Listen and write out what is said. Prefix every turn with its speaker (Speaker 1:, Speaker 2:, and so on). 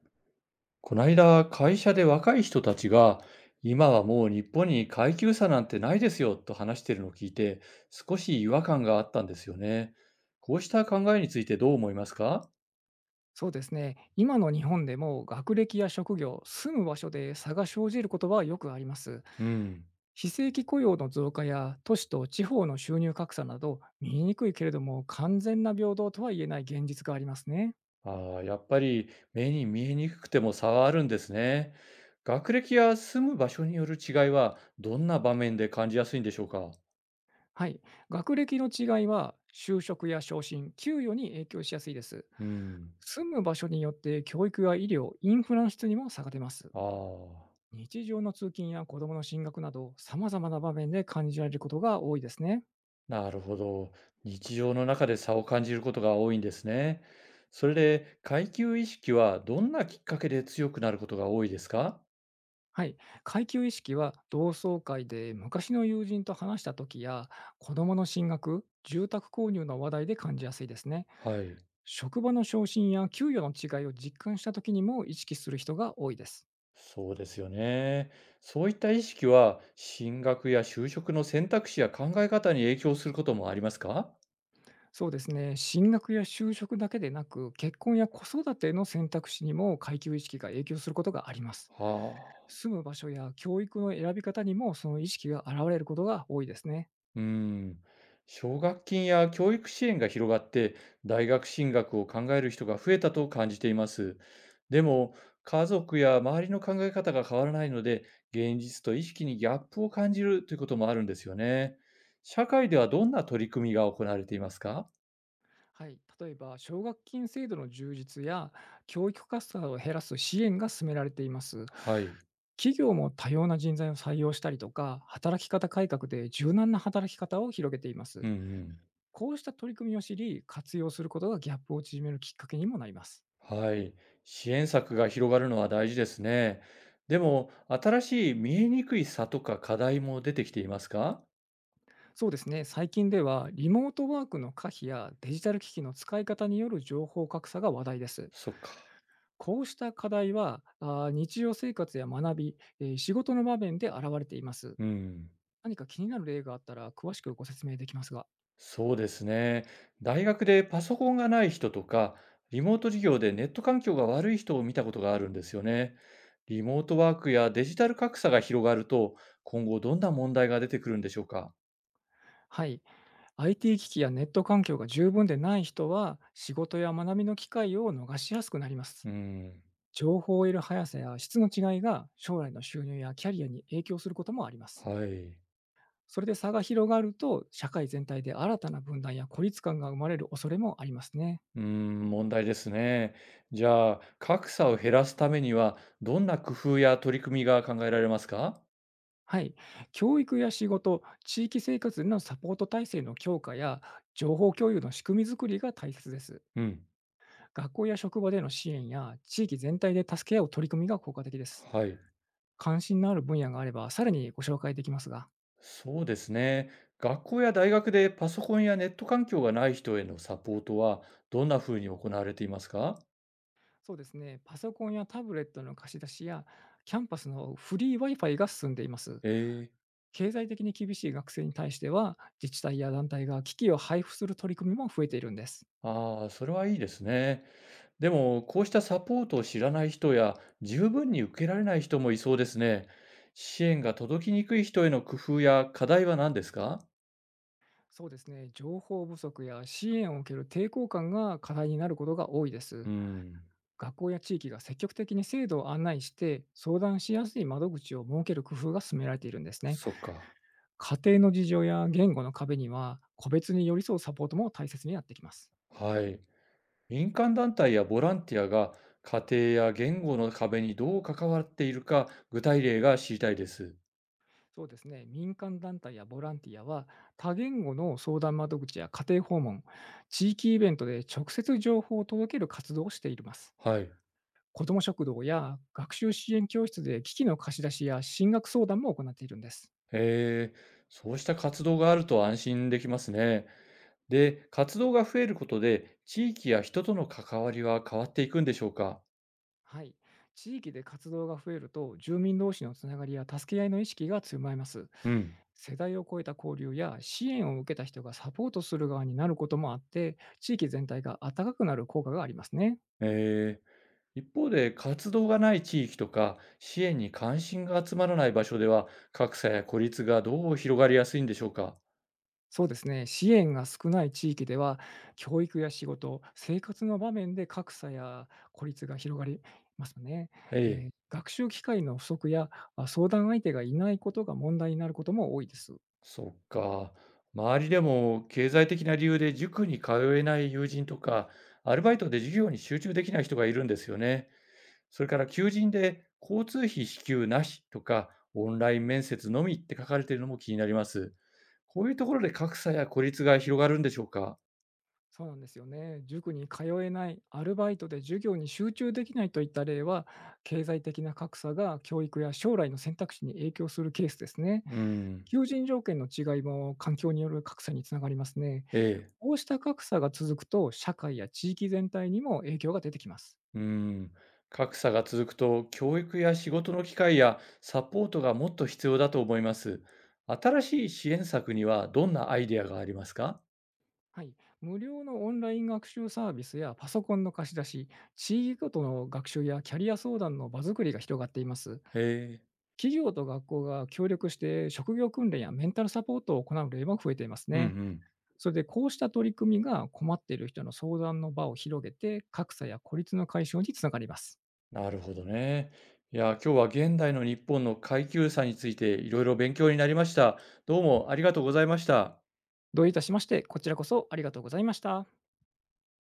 Speaker 1: こないだ会社で若い人たちが今はもう日本に階級差なんてないですよと話しているのを聞いて少し違和感があったんですよね。こうした考えについてどう思いますか？
Speaker 2: そうですね。今の日本でも学歴や職業、住む場所で差が生じることはよくあります。
Speaker 1: うん、
Speaker 2: 非正規雇用の増加や都市と地方の収入格差など、見えにくいけれども完全な平等とは言えない現実がありますね。
Speaker 1: ああ、やっぱり目に見えにくくても差はあるんですね。学歴や住む場所による違いはどんな場面で感じやすいんでしょうか？
Speaker 2: はい。学歴の違いは就職や昇進、給与に影響しやすいです。
Speaker 1: うん、
Speaker 2: 住む場所によって教育や医療、インフラの質にも差が出ます。
Speaker 1: ああ、
Speaker 2: 日常の通勤や子どもの進学など、様々な場面で感じられることが多いですね。
Speaker 1: なるほど。日常の中で差を感じることが多いんですね。それで、階級意識はどんなきっかけで強くなることが多いですか？
Speaker 2: はい、階級意識は同窓会で昔の友人と話した時や、子供の進学、住宅購入の話題で感じやすいですね。
Speaker 1: はい。
Speaker 2: 職場の昇進や給与の違いを実感した時にも意識する人が多いです。
Speaker 1: そうですよね。そういった意識は、進学や就職の選択肢や考え方に影響することもありますか？
Speaker 2: そうですね、進学や就職だけでなく、結婚や子育ての選択肢にも階級意識が影響することがあります。
Speaker 1: はあ。
Speaker 2: 住む場所や教育の選び方にもその意識が現れることが多いですね。
Speaker 1: うーん、奨学金や教育支援が広がって、大学進学を考える人が増えたと感じています。でも、家族や周りの考え方が変わらないので、現実と意識にギャップを感じるということもあるんですよね。社会ではどんな取り組みが行われていますか？
Speaker 2: はい、例えば奨学金制度の充実や教育格差を減らす支援が進められています。
Speaker 1: はい。
Speaker 2: 企業も多様な人材を採用したりとか、働き方改革で柔軟な働き方を広げています。
Speaker 1: うんうん。
Speaker 2: こうした取り組みを知り、活用することがギャップを縮めるきっかけにもなります。
Speaker 1: はい。支援策が広がるのは大事ですね。でも、新しい見えにくい差とか課題も出てきていますか？
Speaker 2: そうですね、最近ではリモートワークの可否やデジタル機器の使い方による情報格差が話題です。
Speaker 1: そっか。
Speaker 2: こうした課題は、日常生活や学び、仕事の場面で現れています。
Speaker 1: うん。
Speaker 2: 何か気になる例があったら詳しくご説明できますが。
Speaker 1: そうですね。大学でパソコンがない人とか、リモート授業でネット環境が悪い人を見たことがあるんですよね。リモートワークやデジタル格差が広がると、今後どんな問題が出てくるんでしょうか？
Speaker 2: はい。IT 機器やネット環境が十分でない人は、仕事や学びの機会を逃しやすくなります。
Speaker 1: うん。
Speaker 2: 情報を得る速さや質の違いが将来の収入やキャリアに影響することもあります。
Speaker 1: はい。
Speaker 2: それで差が広がると、社会全体で新たな分断や孤立感が生まれる恐れもありますね。
Speaker 1: うーん、問題ですね。じゃあ、格差を減らすためには、どんな工夫や取り組みが考えられますか？
Speaker 2: はい。教育や仕事、地域生活でのサポート体制の強化や、情報共有の仕組みづくりが大切です。
Speaker 1: うん。
Speaker 2: 学校や職場での支援や、地域全体で助け合う取り組みが効果的です。
Speaker 1: はい。
Speaker 2: 関心のある分野があれば、さらにご紹介できますが、
Speaker 1: そうですね。学校や大学でパソコンやネット環境がない人へのサポートはどんなふうに行われていますか？
Speaker 2: そうですね、パソコンやタブレットの貸し出しや、キャンパスのフリー Wi-Fi が進んでいます。
Speaker 1: ええ。
Speaker 2: 経済的に厳しい学生に対しては、自治体や団体が機器を配布する取り組みも増えているんです。
Speaker 1: ああ、それはいいですね。でも、こうしたサポートを知らない人や十分に受けられない人もいそうですね。支援が届きにくい人への工夫や課題は何ですか？
Speaker 2: そうですね、情報不足や支援を受ける抵抗感が課題になることが多いです。
Speaker 1: うん、
Speaker 2: 学校や地域が積極的に制度を案内して、相談しやすい窓口を設ける工夫が進められているんですね。
Speaker 1: そっか。
Speaker 2: 家庭の事情や言語の壁には個別に寄り添うサポートも大切になってきます。
Speaker 1: はい。民間団体やボランティアが家庭や言語の壁にどう関わっているか具体例が知りたいです。
Speaker 2: そうですね、民間団体やボランティアは多言語の相談窓口や家庭訪問、地域イベントで直接情報を届ける活動をしています。
Speaker 1: はい。
Speaker 2: 子ども食堂や学習支援教室で機器の貸し出しや進学相談も行っているんです。
Speaker 1: へえ、そうした活動があると安心できますね。で、活動が増えることで、地域や人との関わりは変わっていくんでしょうか？
Speaker 2: はい。地域で活動が増えると、住民同士のつながりや助け合いの意識が強まります。
Speaker 1: うん。
Speaker 2: 世代を超えた交流や、支援を受けた人がサポートする側になることもあって、地域全体が温かくなる効果がありますね。
Speaker 1: え一方で、活動がない地域とか、支援に関心が集まらない場所では、格差や孤立がどう広がりやすいんでしょうか？
Speaker 2: そうですね。支援が少ない地域では、教育や仕事、生活の場面で格差や孤立が広がりますよね。
Speaker 1: ええ、
Speaker 2: 学習機会の不足や、相談相手がいないことが問題になることも多いです。
Speaker 1: そっか。周りでも、経済的な理由で塾に通えない友人とか、アルバイトで授業に集中できない人がいるんですよね。それから求人で交通費支給なしとか、オンライン面接のみって書かれているのも気になります。こういうところで格差や孤立が広がるんでしょうか？
Speaker 2: そうなんですよね。塾に通えない、アルバイトで授業に集中できないといった例は、経済的な格差が教育や将来の選択肢に影響するケースですね。
Speaker 1: うーん。
Speaker 2: 求人条件の違いも環境による格差につながりますね。
Speaker 1: ええ。
Speaker 2: こうした格差が続くと、社会や地域全体にも影響が出てきます。
Speaker 1: うん。格差が続くと、教育や仕事の機会やサポートがもっと必要だと思います。新しい支援策にはどんなアイデアがありますか？
Speaker 2: はい、無料のオンライン学習サービスやパソコンの貸し出し、地域ごとの学習やキャリア相談の場作りが広がっています。
Speaker 1: へえ。
Speaker 2: 企業と学校が協力して職業訓練やメンタルサポートを行う例も増えています
Speaker 1: うんう
Speaker 2: ね。
Speaker 1: ん。
Speaker 2: それで、こうした取り組みが困っている人の相談の場を広げて、格差や孤立の解消につながります。
Speaker 1: なるほどね。いや、今日は現代の日本の階級差についていろいろ勉強になりました。どうもありがとうございました。
Speaker 2: どういたしまして、こちらこそありがとうございました。